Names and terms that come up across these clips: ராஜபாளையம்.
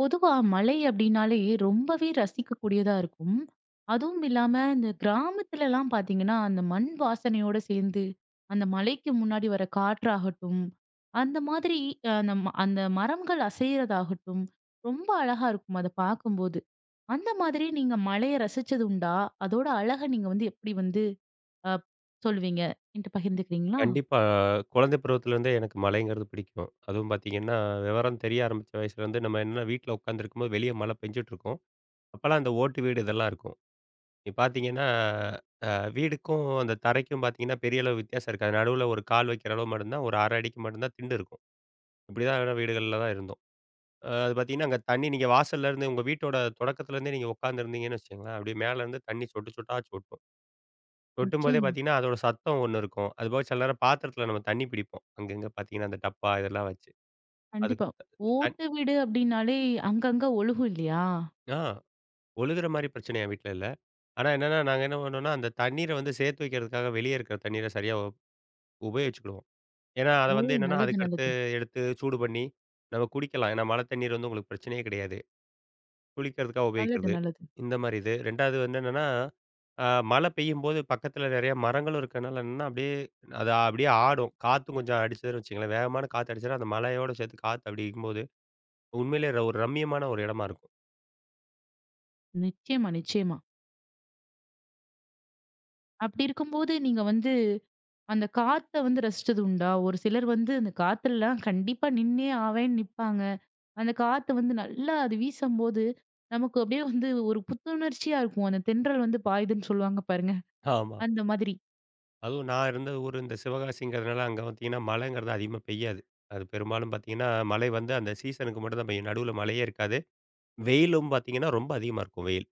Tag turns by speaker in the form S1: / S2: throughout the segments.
S1: பொதுவா மலை அப்டின்னாலே ரொம்பவே ரசிக்கக்கூடியதா இருக்கும். அதுவும் இல்லாம இந்த கிராமத்துலலாம் பார்த்தீங்கன்னா, அந்த மண் வாசனையோட சேர்ந்து, அந்த மலைக்கு முன்னாடி வர காற்றாகட்டும், அந்த மாதிரி அ அந்த ம அந்த மரங்கள் அசையறதாகட்டும், ரொம்ப அழகா இருக்கும் அத பார்க்கும்போது. அந்த மாதிரி நீங்க மலைய ரசிச்சது உண்டா? அதோட அழக நீங்க வந்து எப்படி வந்து அ சொல்லுவீங்க? என்ட்ட பகிர்ந்துக்கிறீங்களா?
S2: கண்டிப்பா. குழந்தை பருவத்திலேருந்தே எனக்கு மழைங்கிறது பிடிக்கும். அதுவும் பார்த்தீங்கன்னா, விவரம் தெரிய ஆரம்பிச்ச வயசுலேருந்து நம்ம என்னன்னா வீட்ல உட்காந்துருக்கும்போது வெளிய மழை பெஞ்சுட்ருக்கும். அப்பலாம் அந்த ஓட்டு வீடு இதெல்லாம் இருக்கும். நீ பார்த்தீங்கன்னா, அ வீடுக்கும் அந்த தரைக்கும் பார்த்தீங்கன்னா, பெரிய அளவு வித்தியாசம் இருக்காது. நடுவுல ஒரு கால் வைக்கிற அளவு மட்டும் தான், ஒரு 1/2 அடிக்கு மட்டும் தான் திண்டு இருக்கும். இப்படிதான் வீடுகள்ல தான் இருந்தோம். அது பார்த்தீங்கன்னா, அங்க தண்ணி நீங்க வாசல்லேருந்து உங்க வீட்டோட தொடக்கத்துலேருந்தே நீங்க உட்காந்துருந்தீங்கன்னு வச்சுக்கங்களேன், அப்படியே மேலேருந்து தண்ணி சொட்டு சொட்டா சொட்டும். கொட்டும்போதே
S1: நிச்சயமா.
S2: பார்த்தீங்கன்னா, அதோட சத்தம் ஒண்ணு இருக்கும். அதுபோக சில நேரம் பாத்திரத்தில நம்ம தண்ணி பிடிப்போம். அங்கங்க பார்த்தீங்கன்னா, அந்த டப்பா இதெல்லாம் வச்சு. அதுக்கு
S1: கண்டிப்பா.
S2: த- தண்
S1: ஓட்டு வீடு அப்டின்னாலே அங்கங்க ஒழுகும் இல்லையா?
S2: ஆ ஒழுகுற மாரி பிரச்சனை என் வீட்ல இல்ல. ஆனா என்னன்னா, நாங்க என்ன பண்ணுவோம்னா, அந்த தண்ணீர வந்து சேர்த்து வைக்கிறதுக்காக வெளிய இருக்கிற தண்ணீர சரியா உபயோகிச்சுக்கிடுவோம். ஏன்னா, அத
S1: ஓ,
S2: வந்து என்னன்னா,
S1: நல்லது,
S2: அதுக்கடுத்து
S1: நல்லது.
S2: எடுத்து சூடு பண்ணி நம்ம குடிக்கலாம். ஏன்னா, மழை தண்ணீர் வந்து உங்களுக்கு பிரச்சனையே கிடையாது. குளிக்கிறதுக்காக
S1: நல்லது,
S2: உபயோகிக்கிறது.
S1: நல்லது.
S2: இந்த மாரி இது. 2வது வந்து என்னன்னா, அ மழை பெய்யும்போது பக்கத்துல நெறைய மரங்களும் இருக்கனால என்னன்னா, அப்படியே அது அப்படியே ஆடும். காத்தும் கொஞ்சம் அடிச்சதுன்னு வச்சுக்கங்களேன், வேகமான காத்து அடிச்சதுன்னா, அந்த மழையோட சேர்த்து காத்து அடிக்கும்போது, உண்மையிலே ஒரு ரம்மியமான ஒரு இடமா இருக்கும்.
S1: நிச்சயமா, நிச்சயமா. அப்படி இருக்கும்போது நீங்க வந்து அந்த காத்த வந்து ரசிச்சது உண்டா? ஒரு சிலர் வந்து அந்த காத்துலலாம் கண்டிப்பா நின்னே ஆவேன்னு நிப்பாங்க. அந்த காத்து வந்து நல்லா அது வீசம்போது, நமக்கு அப்படியே வந்து ஒரு புத்துணர்ச்சியா இருக்கும். அந்த தென்றல் வந்து பாயுதுன்னு சொல்லுவாங்க பாருங்க.
S2: ஆமா.
S1: அந்த மாதிரி.
S2: அதுவும் நான் இருந்த ஊர் இந்த சிவகாசிங்கிறதுனால, அங்க பார்த்தீங்கன்னா மழைங்கிறது அதிகமா பெய்யாது. அது பெரும்பாலும் பார்த்தீங்கன்னா, மழை வந்து அந்த சீசனுக்கு மட்டும் தான் பெய்யும். நடுவுல மழையே இருக்காது. வெயிலும் பார்த்தீங்கன்னா, ரொம்ப அதிகமா இருக்கும் வெயில்.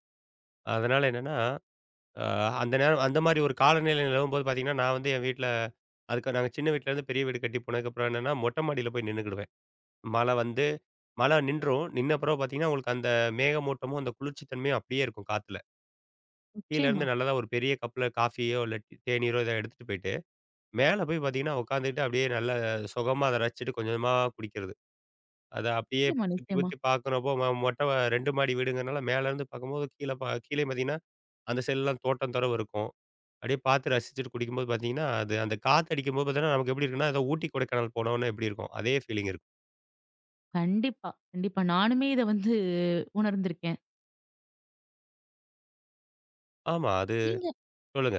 S2: அதனால என்னன்னா அ அந்த நேரம் அந்த மாரி ஒரு காலநிலை நிலவும்போது பார்த்தீங்கன்னா, நான் வந்து என் வீட்ல அதுக்கு நாங்க சின்ன வீட்லேருந்து பெரிய வீடு கட்டி போனதுக்கப்புறம் என்னன்னா, மொட்டை மாடியில போய் நின்னுக்கிடுவேன். மழை வந்து மழை நின்றும். நின்ன பிறகு பார்த்தீங்கன்னா, உங்களுக்கு அந்த மேகமூட்டமும், அந்த குளிர்ச்சி தன்மையும் அப்படியே இருக்கும் காத்துல. கீழ
S1: நிச்சயமா,
S2: இருந்து நல்லதா ஒரு பெரிய கப்ல காஃபியோ, இல்ல டீ தேநீரோ ஏதோ எடுத்துட்டு போயிட்டு, மேல போய் பார்த்தீங்கன்னா, உட்காந்துக்கிட்டு அப்படியே நல்லா சுகமா அத ரசிச்சுட்டு கொஞ்சமா குடிக்கிறது. அத அப்படியே
S1: நிச்சயமா,
S2: சுத்தி
S1: நிச்சயமா.
S2: சுத்தி பார்க்குறப்போ மொட்டை 2 மாடி வீடுங்கிறனால மேலேருந்து பார்க்கும்போது கீழ கீழயும் பார்த்தீங்கன்னா, அந்த சைட்லாம் தோட்டம் தொரவு இருக்கும். அப்படியே பார்த்து ரசிச்சுட்டு குடிக்கும்போது பார்த்தீங்கன்னா, அது அந்த காத்து அடிக்கும்போது பார்த்தீங்கன்னா, நமக்கு எப்படி இருக்குன்னா, ஏதோ ஊட்டி, கொடைக்கானல் போனோம்னா எப்படி இருக்கும்? அதே ஃபீலிங் இருக்கும்.
S1: கண்டிப்பா, கண்டிப்பா. நானுமே இத வந்து உணர்ந்திருக்கேன்.
S2: ஆமா. அது
S1: நீங்க
S2: சொல்லுங்க.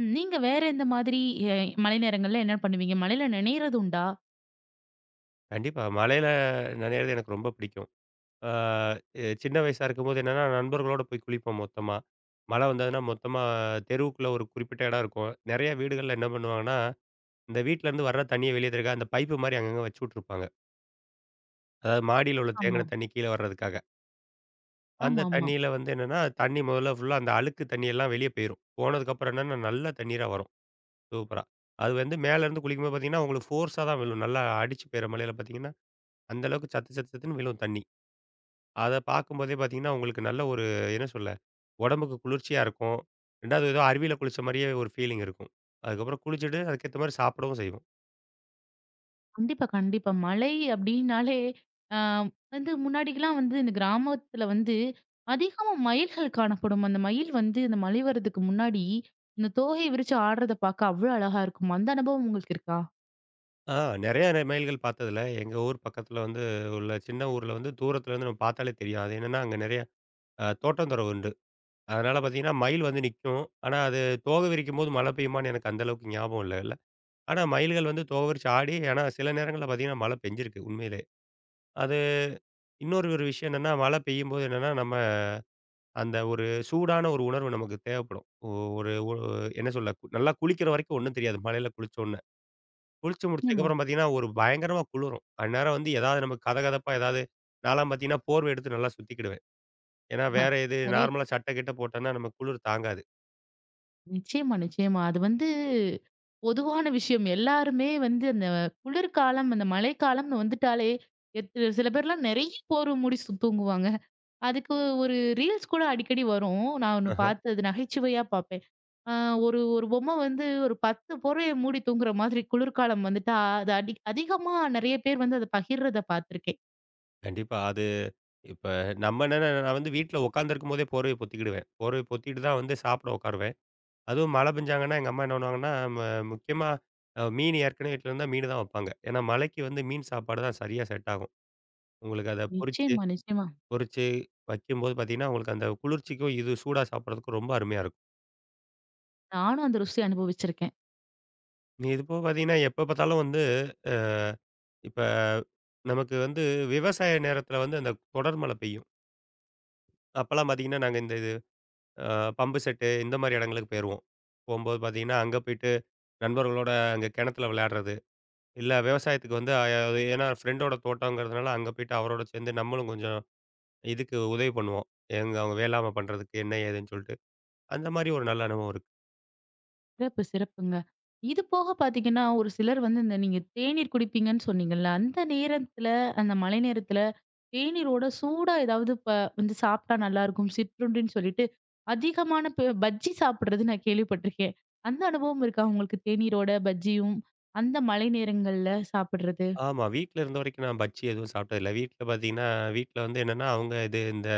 S1: ம். நீங்க வேற எந்த மாதிரி எ மழை நேரங்கள்ல என்ன பண்ணுவீங்க? மழையில நனையிறது உண்டா?
S2: கண்டிப்பா. மலையில நனையிறது எனக்கு ரொம்ப பிடிக்கும். ஆ சின்ன வயசா இருக்கும்போது என்னன்னா, நண்பர்களோட போய் குளிப்போம் மொத்தமா. மழை வந்ததுன்னா மொத்தமா தெருவுக்குள்ள ஒரு குறிப்பிட்ட இடம் இருக்கும். நெறைய வீடுகள்ல என்ன பண்ணுவாங்கன்னா, இந்த வீட்லருந்து வர்ற தண்ணிய வெளிய தெறக்க அந்த பைப்பு மாரி அங்கங்க வச்சு விட்டுருப்பாங்க. அதாவது மாடியில உள்ள
S1: ஆமா.
S2: தேங்குன தண்ணி கீழ வர்றதுக்காக. அந்த
S1: ஆமாமா.
S2: தண்ணியில வந்து என்னன்னா, தண்ணி முதல்ல ஃபுல்லா அந்த அழுக்கு தண்ணி எல்லாம் வெளிய போயிரும். போனதுக்கப்புறம் என்னன்னா, நல்ல தண்ணீரா வரும். சூப்பரா. அது வந்து மேலருந்து குளிக்கும்போது பார்த்தீங்கன்னா, உங்களுக்கு ஃபோர்ஸா தான் விழும். நல்லா அடிச்சு பெய்ற மழையில பார்த்தீங்கன்னா, அந்த அளவுக்கு சத்து சத்து சத்துன்னு விழும் தண்ணி. அத பார்க்கும்போதே பார்த்தீங்கன்னா, உங்களுக்கு நல்ல ஒரு என்ன சொல்ல, உடம்புக்கு குளிர்ச்சியா இருக்கும். 2வது ஏதோ அருவியில குளிச்ச மாரியே ஒரு ஃபீலிங் இருக்கும். அதுக்கப்புறம் குளிச்சுட்டு அதுக்கேத்த மாரி சாப்பிடவும் செய்வோம்.
S1: கண்டிப்பா, கண்டிப்பா. மலை அப்டின்னாலே, அ வந்து முன்னாடிலாம் வந்து இந்த கிராமத்துல வந்து அதிகமா மயில்கள் காணப்படும். அந்த மயில் வந்து இந்த மழை வர்றதுக்கு முன்னாடி, இந்த தோகை விரிச்சு ஆடுறத பார்க்க அவ்ளோ அழகா இருக்கும். அந்த அனுபவம் உங்களுக்கு இருக்கா?
S2: ஆ நெறைய மைல்கள் பார்த்ததுல, எங்க ஊர் பக்கத்துல வந்து உள்ள சின்ன ஊர்ல வந்து தூரத்துலருந்து நம்ம பார்த்தாலே தெரியும். அது என்னன்னா, அங்க நெறைய தோட்டந்தொரவு உண்டு. அதனால பார்த்தீங்கன்னா, மயில் வந்து நிக்கும். ஆனா அது தோகை விரிக்கும்போது மழை பெய்யுமான்னு எனக்கு அந்த அளவுக்கு ஞாபகம் இல்ல. ஆனா, மயில்கள் வந்து தோகவிரிச்சு ஆடி, ஆனா சில நேரங்கள்ல பார்த்தீங்கன்னா, மழை பெஞ்சிருக்கு உண்மையிலே. அது இன்னொரு ஒரு விஷயம் என்னன்னா, மழை பெய்யும்போது என்னன்னா, நம்ம அந்த ஒரு சூடான ஒரு உணர்வு நமக்கு தேவைப்படும். ஒ ஒரு ஒ என்ன சொல்ல, நல்லா குளிக்கிற வரைக்கும் ஒண்ணும் தெரியாது, மழையில குளிச்சோன்னே. குளிச்சு
S1: நிச்சயமா.
S2: முடிச்சதுக்கப்புறம் பார்த்தீங்கன்னா, ஒரு பயங்கரமா குளிரும். அந்நேரம் வந்து ஏதாவது நமக்கு கதகதப்பா ஏதாவது நான்லாம் பார்த்தீங்கன்னா, போர்வை எடுத்து நல்லா சுத்திக்கிடுவேன். ஏன்னா, வேற எது
S1: அதே.
S2: நார்மலா சட்டை கிட்ட போட்டோம்னா, நம்ம குளிர் தாங்காது.
S1: நிச்சயமா, நிச்சயமா. அது வந்து பொதுவான விஷயம். எல்லாருமே வந்து அந்த குளிர்காலம், அந்த மழைக்காலம்னு வந்துட்டாலே, எத் சில பேர்லாம் நெறைய போர்வ மூடி சு தூங்குவாங்க. அதுக்கு ஒரு ரீல்ஸ் கூட அடிக்கடி வரும். நான் ஒண்ணு
S2: ஆஹா.
S1: பார்த்தது நகைச்சுவையா பாப் ஆ ஒரு ஒரு பொம்மை வந்து ஒரு 10 போரைய மூடி தூங்குற மாதிரி குளிர்காலம் வந்துட்டா, அது அடி அதிகமா நெறைய பேர் வந்து அத பகிர்றத பார்த்துருக்கேன்.
S2: கண்டிப்பா. அது இப்ப நம்ம என்னன்னா, நான் வந்து வீட்ல உட்காந்துருக்கும்போதே போர்வைய பொத்திக்கிடுவேன். போர்வைய பொத்திட்டு தான் வந்து சாப்பிட உட்காருவேன். அதுவும் மழை பெஞ்சாங்கன்னா, எங்க அம்மா என்ன பண்ணுவாங்கன்னா, ம முக்கியமா மீன் ஏற்கனவே வீட்ல இருந்தா மீனு தான் வப்பாங்க. ஏன்னா, மழைக்கு வந்து மீன் சாப்பாடு தான் சரியா செட் ஆகும். உங்களுக்கு அத பொரிச்சு,
S1: நிச்சயமா, நிச்சயமா.
S2: பொரிச்சு வைக்கும்போது பார்த்தீங்கன்னா, உங்களுக்கு அந்த குளிர்ச்சிக்கும், இது சூடா சாப்பிடுறதுக்கும் ரொம்ப அருமையா இருக்கும்.
S1: நானும் அந்த ருசி அனுபவிச்சிருக்கேன்.
S2: நீ இது போக பார்த்தீங்கன்னா, எப்ப பார்த்தாலும் வந்து அ இப்ப நமக்கு வந்து விவசாய நேரத்தில வந்து அந்த தொடர் மழை பெய்யும். அப்பலாம் பார்த்தீங்கன்னா, நாங்க இந்த இது அ பம்பு செட்டு இந்த மாரி இடங்களுக்கு போயிருவோம். போம்போது பார்த்தீங்கன்னா, அங்க போயிட்டு நண்பர்களோட அங்க கிணத்துல விளையாடுறது. இல்ல விவசாயத்துக்கு வந்து அது ஏன்னா ஃப்ரெண்டோட தோட்டம்ங்கிறதுனால, அங்க போயிட்டு அவரோட சேர்ந்து நம்மளும் கொஞ்சம் இதுக்கு உதவி பண்ணுவோம். எங்க அவங்க வேளாண்மை பண்றதுக்கு என்ன ஏதுன்னு சொல்லிட்டு. அந்த மாரி ஒரு நல்ல அனுபவம் இருக்கு.
S1: சிறப்பு, சிறப்புங்க. இது போக பார்த்தீங்கன்னா, ஒரு சிலர் வந்து இந்த நீங்க தேநீர் குடிப்பீங்கன்னு சொன்னீங்கல்ல, அந்த நேரத்துல, அந்த மழை நேரத்துல தேநீரோட சூடா ஏதாவது ப வந்து சாப்பிட்டா நல்லாயிருக்கும், சிற்றுண்டின்னு சொல்லிட்டு, அதிகமான ப பஜ்ஜி சாப்பிடுறது நான் கேள்விப்பட்டிருக்கேன். அந்த அனுபவம் இருக்கா உங்களுக்கு? தேநீரோட பஜ்ஜியும், அந்த மழை நேரங்கள்ல சாப்பிடுறது?
S2: ஆமா. வீட்ல இருந்த வரைக்கும் நான் பஜ்ஜி எதுவும் சாப்பிட்டதில்ல. வீட்ல பார்த்தீங்கன்னா, வீட்ல வந்து என்னன்னா அவங்க இது இந்த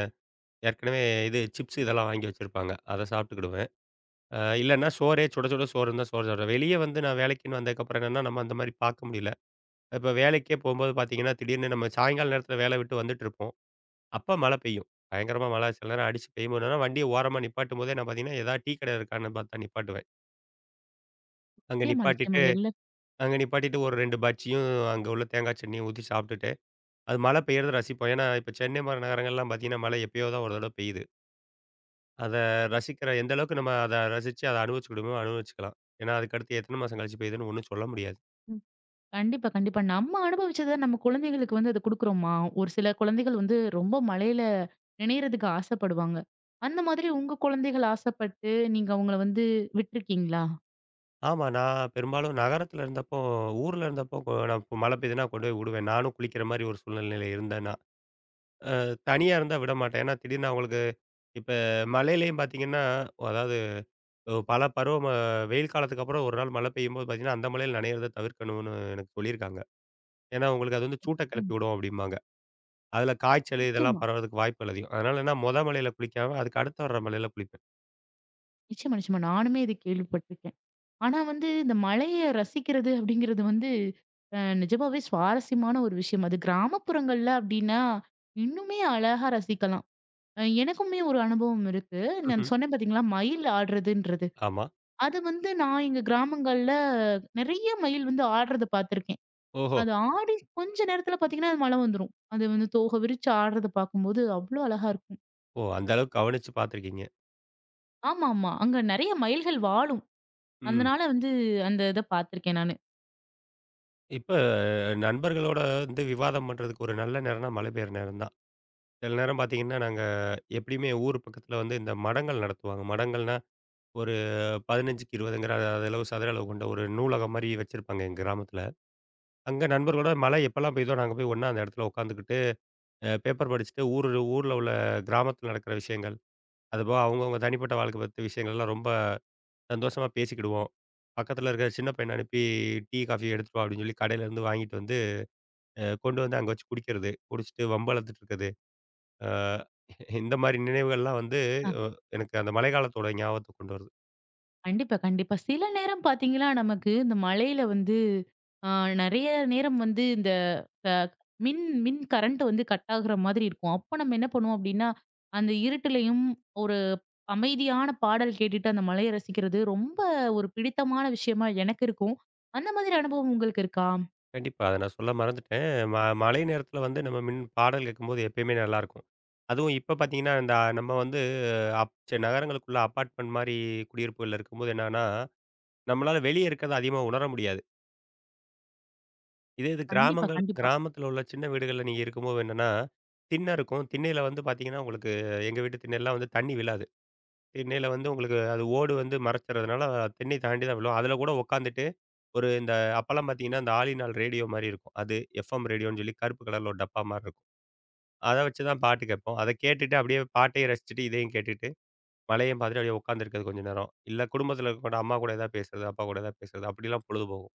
S2: ஏற்கனவே இது சிப்ஸ் இதெல்லாம் வாங்கி வச்சிருப்பாங்க. அத சாப்பிட்டுக்கிடுவேன். இல்லன்னா சோறே சுட சுட சோறு இருந்தா சோறு சாப்பிடுவேன். வெளிய வந்து நான் வேலைக்குன்னு வந்ததுக்கப்புறம் என்னன்னா, நம்ம அந்த மாரி பார்க்க முடியல. இப்ப வேலைக்கே போம்போது பார்த்தீங்கன்னா, திடீர்னு நம்ம சாயங்கால நேரத்தில வேலை விட்டு வந்துட்டு இருப்போம். அப்ப மழை பெய்யும். பயங்கரமா மழை சில நேரம் அடிச்சு பெய்யும்போது என்னன்னா, வண்டிய ஓரமா நிப்பாட்டும்போதே நான் பார்த்தீங்கன்னா, ஏதாவது டீ கடை இருக்கான்னு பார்த்தா நிப்பாட்டுவேன். அங்க
S1: நிச்சயமா, நிச்சயமா.
S2: நிப்பாட்டிட்டு
S1: எல்லா
S2: அங்க நிப்பாட்டிட்டு ஒரு 2 பஜ்ஜியும், அங்க உள்ள தேங்காய் சட்னியும் ஊத்தி சாப்பிட்டுட்டு, அது மழை பெய்யறத ரசிப்போம். ஏன்னா, இப்ப சென்னை மாரி நகரங்கள்லாம் பார்த்தீங்கன்னா, மழை எப்பயோ தான் ஒரு தடவ பெய்யுது. அத ரசிக்கிற எந்த அளவுக்கு நம்ம அத ரசிச்சு அத அனுபவிச்சுக்கிடுமோ அனுபவிச்சுக்கலாம். ஏன்னா, அதுக்கடுத்து எத்தன மாசம் கழிச்சு பெய்யுதுன்னு ஒண்ணும் சொல்ல முடியாது.
S1: கண்டிப்பா, கண்டிப்பா. நம்ம அனுபவிச்சத நம்ம குழந்தைகளுக்கு வந்து அத குடுக்குறோமா? ஒரு சில குழந்தைகள் வந்து ரொம்ப மழையில நினையறதுக்கு ஆசைப்படுவாங்க. அந்த மாதிரி உங்க குழந்தைகள் ஆசைப்பட்டு, நீங்க அவங்கள வந்து விட்டுருக்கீங்களா?
S2: ஆமா, நான் பெரும்பாலும் நகரத்துல இருந்தப்போ ஊர்ல இருந்தப்போ நான் இப்ப மழை பெய்யுதுன்னா கொண்டு போய் விடுவேன். நானும் குளிக்கிற மாரி ஒரு சூழ்நிலையில இருந்தேன். தனியா இருந்தா விடமாட்டேன். ஏன்னா, திடீர்னு அவங்களுக்கு இப்ப மழையிலயும் பார்த்தீங்கன்னா, அதாவது பல பருவம வெயில் காலத்துக்கு அப்புறம் ஒரு நாள் மழை பெய்யும்போது பார்த்தீங்கன்னா, அந்த மழையில நனையிறத தவிர்க்கணும்னு எனக்கு சொல்லியிருக்காங்க. ஏன்னா, உங்களுக்கு அது வந்து சூட்ட கிளப்பி
S1: நிச்சயமா,
S2: விடும் அப்படிம்பாங்க. அதில காய்ச்சல் இதெல்லாம்
S1: நிச்சயமா.
S2: பரவறதுக்கு வாய்ப்புகள் அதிகம். அதனால நான் மொத மழையில குளிக்காம, அதுக்கு அடுத்து வர்ற மழையில குளிப்பேன்.
S1: நிச்சயமா, நிச்சயமா. நானுமே இது கேள்விப்பட்டிருக்கேன். ஆனா வந்து இந்த மழைய ரசிக்கிறது அப்படிங்கிறது வந்து நிஜமாவே சுவாரஸ்யமான ஒரு விஷயம். அது கிராமப்புறங்கள்ல அப்படின்னா, இன்னுமே அழகா ரசிக்கலாம். எனக்குமே ஒரு அனுபவம் இருக்கு. நான்
S2: ம்ஹ்ம்.
S1: சொன்னேன் பார்த்தீங்களா, மயில் ஆடுறதுன்றது.
S2: ஆமா.
S1: அது வந்து நான் எங்க கிராமங்கள்ல நெறைய மயில் வந்து ஆடுறத பார்த்துருக்கேன்.
S2: ஓஹோ!
S1: அது ஆடி கொஞ்ச நேரத்துல பார்த்தீங்கன்னா, அது மழை வந்துரும். அது வந்து தோகை விரிச்சு ஆடுறத பார்க்கும்போது அவ்ளோ அழகா இருக்கும்.
S2: ஓ! அந்த அளவுக்கு கவனிச்சு பார்த்துருக்கீங்க.
S1: ஆமாமா. அங்க நெறைய மயில்கள் வாழும்.
S2: ம்.
S1: அதனால வந்து அந்த இத பார்த்துருக்கேன் நானு.
S2: இப்ப நண்பர்களோட வந்து விவாதம் பண்றதுக்கு ஒரு நல்ல நேரம்னா மழை பெய்ற நேரம் தான். சில நேரம் பார்த்தீங்கன்னா, நாங்க எப்படியுமே ஊர் பக்கத்தில வந்து இந்த மடங்கள் நடத்துவாங்க. மடங்கள்னா ஒரு 15க்கு 20ங்கிற அளவு சதுர அளவு கொண்ட ஒரு நூலகம் மாரி வச்சிருப்பாங்க எங்க கிராமத்துல. அங்க நண்பர்களோட மழை எப்பலாம் பெய்யுதோ நாங்க போய் ஒண்ணா அந்த இடத்துல உட்காந்துக்கிட்டு, பேப்பர் படிச்சுட்டு ஊர்ல உள்ள கிராமத்துல நடக்கிற விஷயங்கள், அதுபோக அவங்கவங்க தனிப்பட்ட வாழ்க்கை பத்தி விஷயங்கள்லாம் ரொம்ப சந்தோஷமா பேசிக்கிடுவோம். பக்கத்துல இருக்கிற சின்ன பையன அனுப்பி டீ, காஃபி எடுத்துட்டு வா அப்படின்னு சொல்லி கடையில இருந்து வாங்கிட்டு வந்து, கொண்டு வந்து அங்க வச்சு குடிக்கிறது. குடிச்சிட்டு வம்பு இழுத்துட்டு இருக்கிறது. அ இந்த மாரி நினைவுகள்லாம் வந்து அ எனக்கு அந்த மழைக்காலத்தோட ஞாபகத்த கொண்டு வருது.
S1: கண்டிப்பா, கண்டிப்பா. சில நேரம் பார்த்தீங்கன்னா, நமக்கு இந்த மழையில வந்து அ நெறைய நேரம் வந்து இந்த அ மின் மின் கரண்ட் வந்து கட் ஆகுற மாதிரி இருக்கும். அப்ப நம்ம என்ன பண்ணுவோம் அப்டின்னா, அந்த இருட்டுலயும் ஒரு அமைதியான பாடல் கேட்டுட்டு அந்த மழைய ரசிக்கிறது ரொம்ப ஒரு பிடித்தமான விஷயமா எனக்கு இருக்கும். அந்த மாதிரி அனுபவம் உங்களுக்கு இருக்கா?
S2: கண்டிப்பா. அத நான் சொல்ல மறந்துட்டேன். ம மழை நேரத்தில வந்து நம்ம மின் பாடல் கேட்கும்போது எப்பயுமே நல்லாயிருக்கும். அதுவும் இப்ப பார்த்தீங்கன்னா, இந்த நம்ம வந்து அப் செ நகரங்களுக்குள்ள அப்பார்ட்மெண்ட் மாரி குடியிருப்புகள்ல இருக்கும்போது என்னன்னா, நம்மளால வெளிய இருக்கிறத அதிகமா உணர முடியாது. இதே இது
S1: கண்டிப்பா,
S2: கிராமங்கள்
S1: கண்டிப்பா.
S2: கிராமத்தில உள்ள சின்ன வீடுகள்ல நீங்க இருக்கும்போது என்னன்னா, திண்ண இருக்கும். திண்ணையில வந்து பார்த்தீங்கன்னா, உங்களுக்கு எங்க வீட்டு திண்ணைலாம் வந்து தண்ணி விழாது. திண்ணையில வந்து உங்களுக்கு அது ஓடு வந்து மறைச்சறதுனால திண்ணை தாண்டி தான் விழும். அதில கூட உட்காந்துட்டு, ஒரு இந்த அப்பலாம் பார்த்தீங்கன்னா, இந்த ஆல் இன் ஆல் ரேடியோ மாரி இருக்கும். அது எஃப்எம் ரேடியோன்னு சொல்லி கருப்பு கலர்ல ஒரு டப்பா மாரி இருக்கும். அத வச்சு தான் பாட்டு கேட்போம். அத கேட்டுட்டு அப்படியே பாட்டையும் ரசிச்சுட்டு, இதையும் கேட்டுட்டு, மழையும் பார்த்துட்டு அப்படியே உட்காந்துருக்கிறது கொஞ்ச நேரம். இல்ல குடும்பத்தில இருக்கவங்கட்ட அம்மா கூட ஏதாவது பேசுறது, அப்பா கூட ஏதாவது பேசுறது அப்படிலாம் பொழுது போகும்.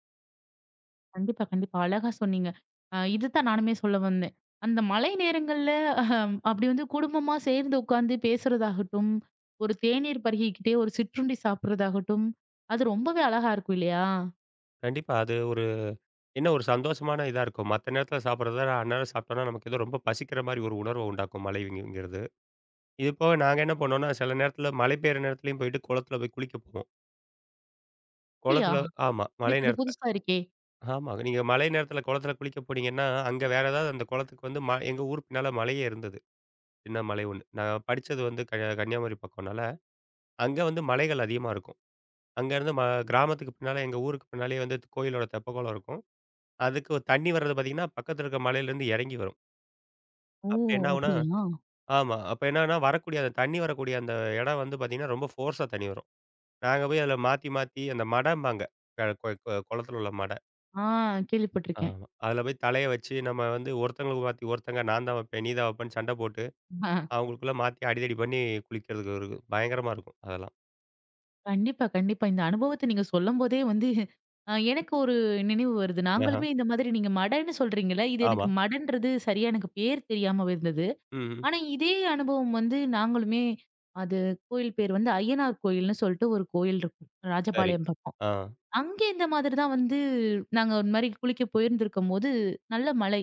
S1: கண்டிப்பா, கண்டிப்பா. அழகா சொன்னீங்க. இதுதான் நானுமே சொல்ல வந்தேன். அந்த மழை நேரங்கள்ல அப்படி வந்து குடும்பமா சேர்ந்து உட்கார்ந்து பேசுறதாகட்டும், ஒரு தேநீர் பருகிக்கிட்டே ஒரு சிற்றுண்டி சாப்பிடுறதாகட்டும், அது ரொம்பவே அழகா இருக்கும் இல்லையா?
S2: கண்டிப்பா அது ஒரு என்ன ஒரு சந்தோஷமான இதா இருக்கும். மத்த நேரத்தில சாப்பிடுறத, அந்நேரம் சாப்பிட்டோம்னா நமக்கு ஏதோ ரொம்ப பசிக்கிற மாரி ஒரு உணர்வ உண்டாக்கும் மழைவிங்கிறது. இது போக நாங்க என்ன பண்ணோம்னா, சில நேரத்தில மழை பெய்ற நேரத்துலயும் போயிட்டு குளத்தில போய் குளிக்க போவோம்.
S1: அப்படியா?
S2: குளத்தில ஆமா. மழை
S1: எனக்கு இது
S2: நேரத்தில.
S1: புதுசா இருக்கே!
S2: ஆமா. நீங்க மழை நேரத்தில குளத்தில குளிக்க போனீங்கன்னா, அங்க வேற ஏதாவது அந்த குளத்துக்கு வந்து எங்க ஊர் பின்னால மலையே இருந்தது. சின்ன மலை ஒண்ணு. நான் படிச்சது வந்து கன்னியாகுமரி பக்கம்னால, அங்க வந்து மலைகள் அதிகமா இருக்கும். அங்கேருந்து கிராமத்துக்கு பின்னால எங்க ஊருக்கு பின்னாலயே வந்து கோயிலோட தெப்பக்குளம் இருக்கும். அதுக்கு தண்ணி வர்றது பார்த்தீங்கன்னா, பக்கத்தில இருக்க மலையிலேருந்து இறங்கி வரும்.
S1: ஓ,
S2: அப்ப என்ன ஆகும்னா
S1: அப்படியா?
S2: ஆமா. அப்ப என்னன்னா வரக்கூடிய அந்த தண்ணி வரக்கூடிய அந்த இடம் வந்து பார்த்தீங்கன்னா, ரொம்ப ஃபோர்ஸா தண்ணி வரும். நாங்க போய் அதில மாத்தி, மாத்தி அந்த மடம்பாங்க. அ கொ கொ குளத்தில உள்ள மட.
S1: ஆ, கேள்விப்பட்டுருக்கேன்.
S2: ஆமா. அதில போய் தலைய வச்சு நம்ம வந்து ஒருத்தங்களுக்கு மாத்தி ஒருத்தங்க நான் தான் வைப்பேன், நீ தான் வைப்பேன்னு சண்டை போட்டு, அவங்களுக்குள்ள மாத்தி அடிதடி பண்ணி குளிக்கிறதுக்கு இருக்கு. பயங்கரமா இருக்கும் அதெல்லாம்.
S1: கண்டிப்பா, கண்டிப்பா. இந்த அனுபவத்த நீங்க சொல்லும்போதே வந்து எனக்கு ஒரு நினைவு வருது.
S2: ஆஹா.
S1: நாங்களுமே இந்த மாதிரி நீங்க மடன்னு சொல்றீங்கல்ல, இது
S2: ஆமா.
S1: எனக்கு மடன்றது சரியா எனக்கு பேர் தெரியாம இருந்தது.
S2: ம். ம்.
S1: ஆனா, இதே அனுபவம் வந்து நாங்களுமே அது கோயில் பேர் வந்து அய்யனார் கோயில்னு சொல்ட்டு ஒரு கோயில் இருக்கும்.
S2: சரி.
S1: ராஜபாளையம் பக்கம்.
S2: ஆ.
S1: அங்கே இந்த மாதிரி தான் வந்து நாங்க ஒரு மாரி குளிக்க போயிருந்திருக்கும்போது, நல்ல மழை.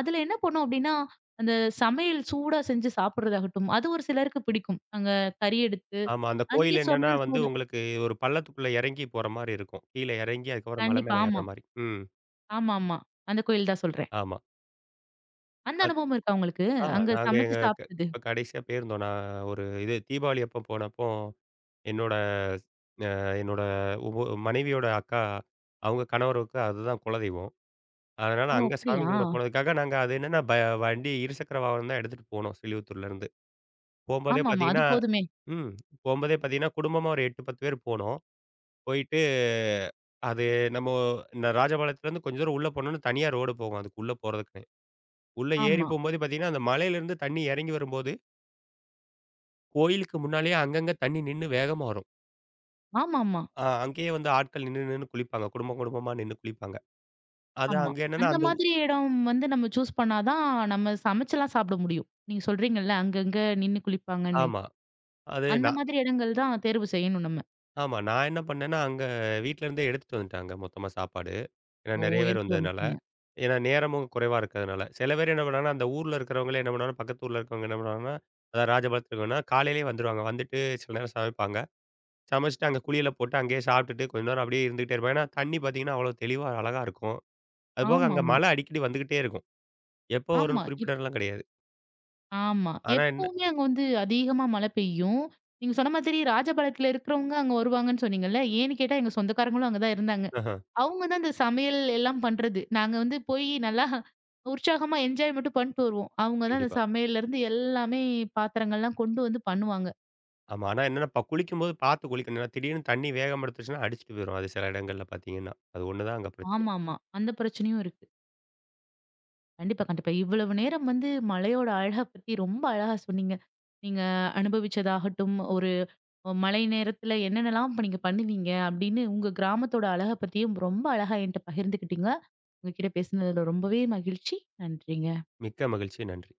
S1: அதுல என்ன பண்ணோம் அப்டின்னா, அந்த சமையல் சூடா செஞ்சு சாப்பிடுறதாகட்டும், அது ஒரு சிலருக்கு பிடிக்கும். அங்க கறி எடுத்து,
S2: ஆமா. அந்த கோயில்
S1: அங்கே
S2: என்னன்னா
S1: சமையல்
S2: வந்து
S1: சூடா
S2: உங்களுக்கு ஒரு பள்ளத்துக்குள்ள இறங்கி போற மாரி இருக்கும். கீழ இறங்கி அதுக்கப்புறம் மலை
S1: கண்டிப்பா.
S2: மேல ஏறுற
S1: ஆமா.
S2: மாரி. ம்.
S1: ஆமாமா. அந்த கோயில் தான் சொல்றேன்.
S2: ஆமா.
S1: அந்த
S2: அது
S1: அனுபவம் இருக்கா உங்களுக்கு?
S2: ஆ
S1: அங்க
S2: நாங்க
S1: சமைச்சு
S2: எங்க
S1: சாப்பிட்டது?
S2: இப்ப கடைசியா போயிருந்தோம். நான் ஒரு இது தீபாவளி அப்போ போனப்போ, என்னோட அ என்னோட உப மனைவியோட அக்கா, அவங்க கணவருக்கு அதுதான் குலதெய்வம். அதனால
S1: ஓ,
S2: அங்க சாமி
S1: அப்படியா?
S2: கும்பிட போனதுக்காக நாங்க அது என்னன்னா வண்டி இருசக்கர வாகனம் தான் எடுத்துட்டு போனோம் ஸ்ரீவில்லிபுத்தூர்லேருந்து. போம்போதே
S1: ஆமாமா. அது
S2: பார்த்தீங்கன்னா
S1: போதுமே.
S2: ம். போம்போதே பார்த்தீங்கன்னா, குடும்பமா ஒரு 8, 10 பேர் போனோம். போயிட்டு அது நம்ம இந்த ராஜபாளையத்துலேருந்து கொஞ்சம் தூரம் உள்ள போனோம்னா தனியா ரோடு போகும் அதுக்கு உள்ள போறதுக்குன்னே. உள்ள ஏறி
S1: ஆமா.
S2: போம்போது பார்த்தீங்கன்னா, அந்த மலையிலேருந்து தண்ணி இறங்கி வரும்போது, கோயிலுக்கு முன்னாலேயே அங்கங்க தண்ணி நின்னு வேகமா வரும்.
S1: ஆமாமா.
S2: அங்கேயே வந்து ஆட்கள் நின்னு நின்னு குளிப்பாங்க. குடும்பம் குடும்பமா நின்னு குளிப்பாங்க. அது
S1: ஆமா.
S2: அங்க என்னன்னா
S1: அந்த
S2: அந்த
S1: மாதிரி இடம் வந்து நம்ம சூஸ் பண்ணா தான், நம்ம சமைச்செல்லாம் சாப்பிட முடியும். நீங்க சொல்றீங்கல்ல, அங்கங்க நின்னு குளிப்பாங்கன்னு.
S2: ஆமா. அது
S1: அந்த
S2: நான்
S1: மாதிரி இடங்கள் தான் தேர்வு செய்யணும் நம்ம.
S2: ஆமா. நான் என்ன பண்ணேன்னா, அங்க வீட்லருந்தே எடுத்துட்டு வந்துட்டாங்க மொத்தமா சாப்பாடு. ஏன்னா
S1: ஓ,
S2: நெறைய பேர்
S1: எடுத்துட்டு
S2: வந்ததுனால.
S1: வந்துட்டீங்க.
S2: ஏன்னா நேரமும் குறைவா இருக்கிறதுனால. சில பேர் என்ன பண்ணாங்கன்னா, அந்த ஊர்ல இருக்கிறவங்களே என்ன பண்ணுவாங்கன்னா, பக்கத்து ஊர்ல இருக்கிறவங்க என்ன பண்ணுவாங்கன்னா, அதாவது ராஜபாளையத்துல இருக்கவங்கன்னா, காலையிலேயே வந்துருவாங்க. வந்துட்டு சில நேரம் சமைப்பாங்க. சமைச்சுட்டு அங்க குளியல போட்டு அங்கேயே சாப்பிட்டுட்டு கொஞ்ச நேரம் அப்படியே இருந்துகிட்டே இருப்பேன். ஏன்னா தண்ணி பார்த்தீங்கன்னா, அவ்வளோ தெளிவா அழகா இருக்கும். அதுபோக அங்க
S1: ஆமாமா.
S2: மழை அடிக்கடி வந்துகிட்டே இருக்கும். எப்போ
S1: ஆமா. ஆமா
S2: வரும்னு குறிப்பிடலாம் கிடையாது.
S1: ஆமா.
S2: ஆனா என்ன
S1: எப்பவுமே அங்க வந்து அதிகமா மழை பெய்யும். நீங்க சொன்ன மாதிரி ராஜபாளையத்துல இருக்கிறவங்க அங்க வருவாங்கன்னு சொன்னீங்கல்ல. ஏன்னு கேட்டா எங்க சொந்தக்காரங்களும் அங்க தான் இருந்தாங்க.
S2: ஆஹ.
S1: அவங்க தான் இந்த சமையல் எல்லாம் பண்றது. நாங்க வந்து போய் நல்லா உற்சாகமா என்ஜாய் மட்டும் பண்ணிட்டு வருவோம். அவங்க தான் அந்த
S2: கண்டிப்பா.
S1: சமையல்லேருந்து எல்லாமே பாத்திரங்கள்லாம் கொண்டு வந்து பண்ணுவாங்க.
S2: ஆமா. ஆனா என்னன்னா, இப்ப குளிக்கும்போது பார்த்து குளிக்கணும். ஏன்னா திடீர்னு தண்ணி வேகம் எடுத்துருச்சுன்னா, அடிச்சுட்டு போயிரும். அது சில இடங்கள்ல பார்த்தீங்கன்னா. அது ஒண்ணு தான் அங்க பிரச்சனை.
S1: ஆமாமா. அந்த பிரச்சனையும் இருக்கு. கண்டிப்பா, கண்டிப்பா. இவ்வளவு நேரம் வந்து மழையோட அழக பத்தி ரொம்ப அழகா சொன்னீங்க. நீங்க அனுபவிச்சதாகட்டும், ஒரு மழை நேரத்துல என்னென்னலாம் இப்ப நீங்க பண்ணுவீங்க அப்படின்னு உங்க கிராமத்தோட அழக பத்தியும் ரொம்ப அழகா என்ட்ட பகிர்ந்துக்கிட்டீங்க. உங்ககிட்ட பேசினதுல ரொம்பவே மகிழ்ச்சி. நன்றிங்க.
S2: மிக்க மகிழ்ச்சி. நன்றி.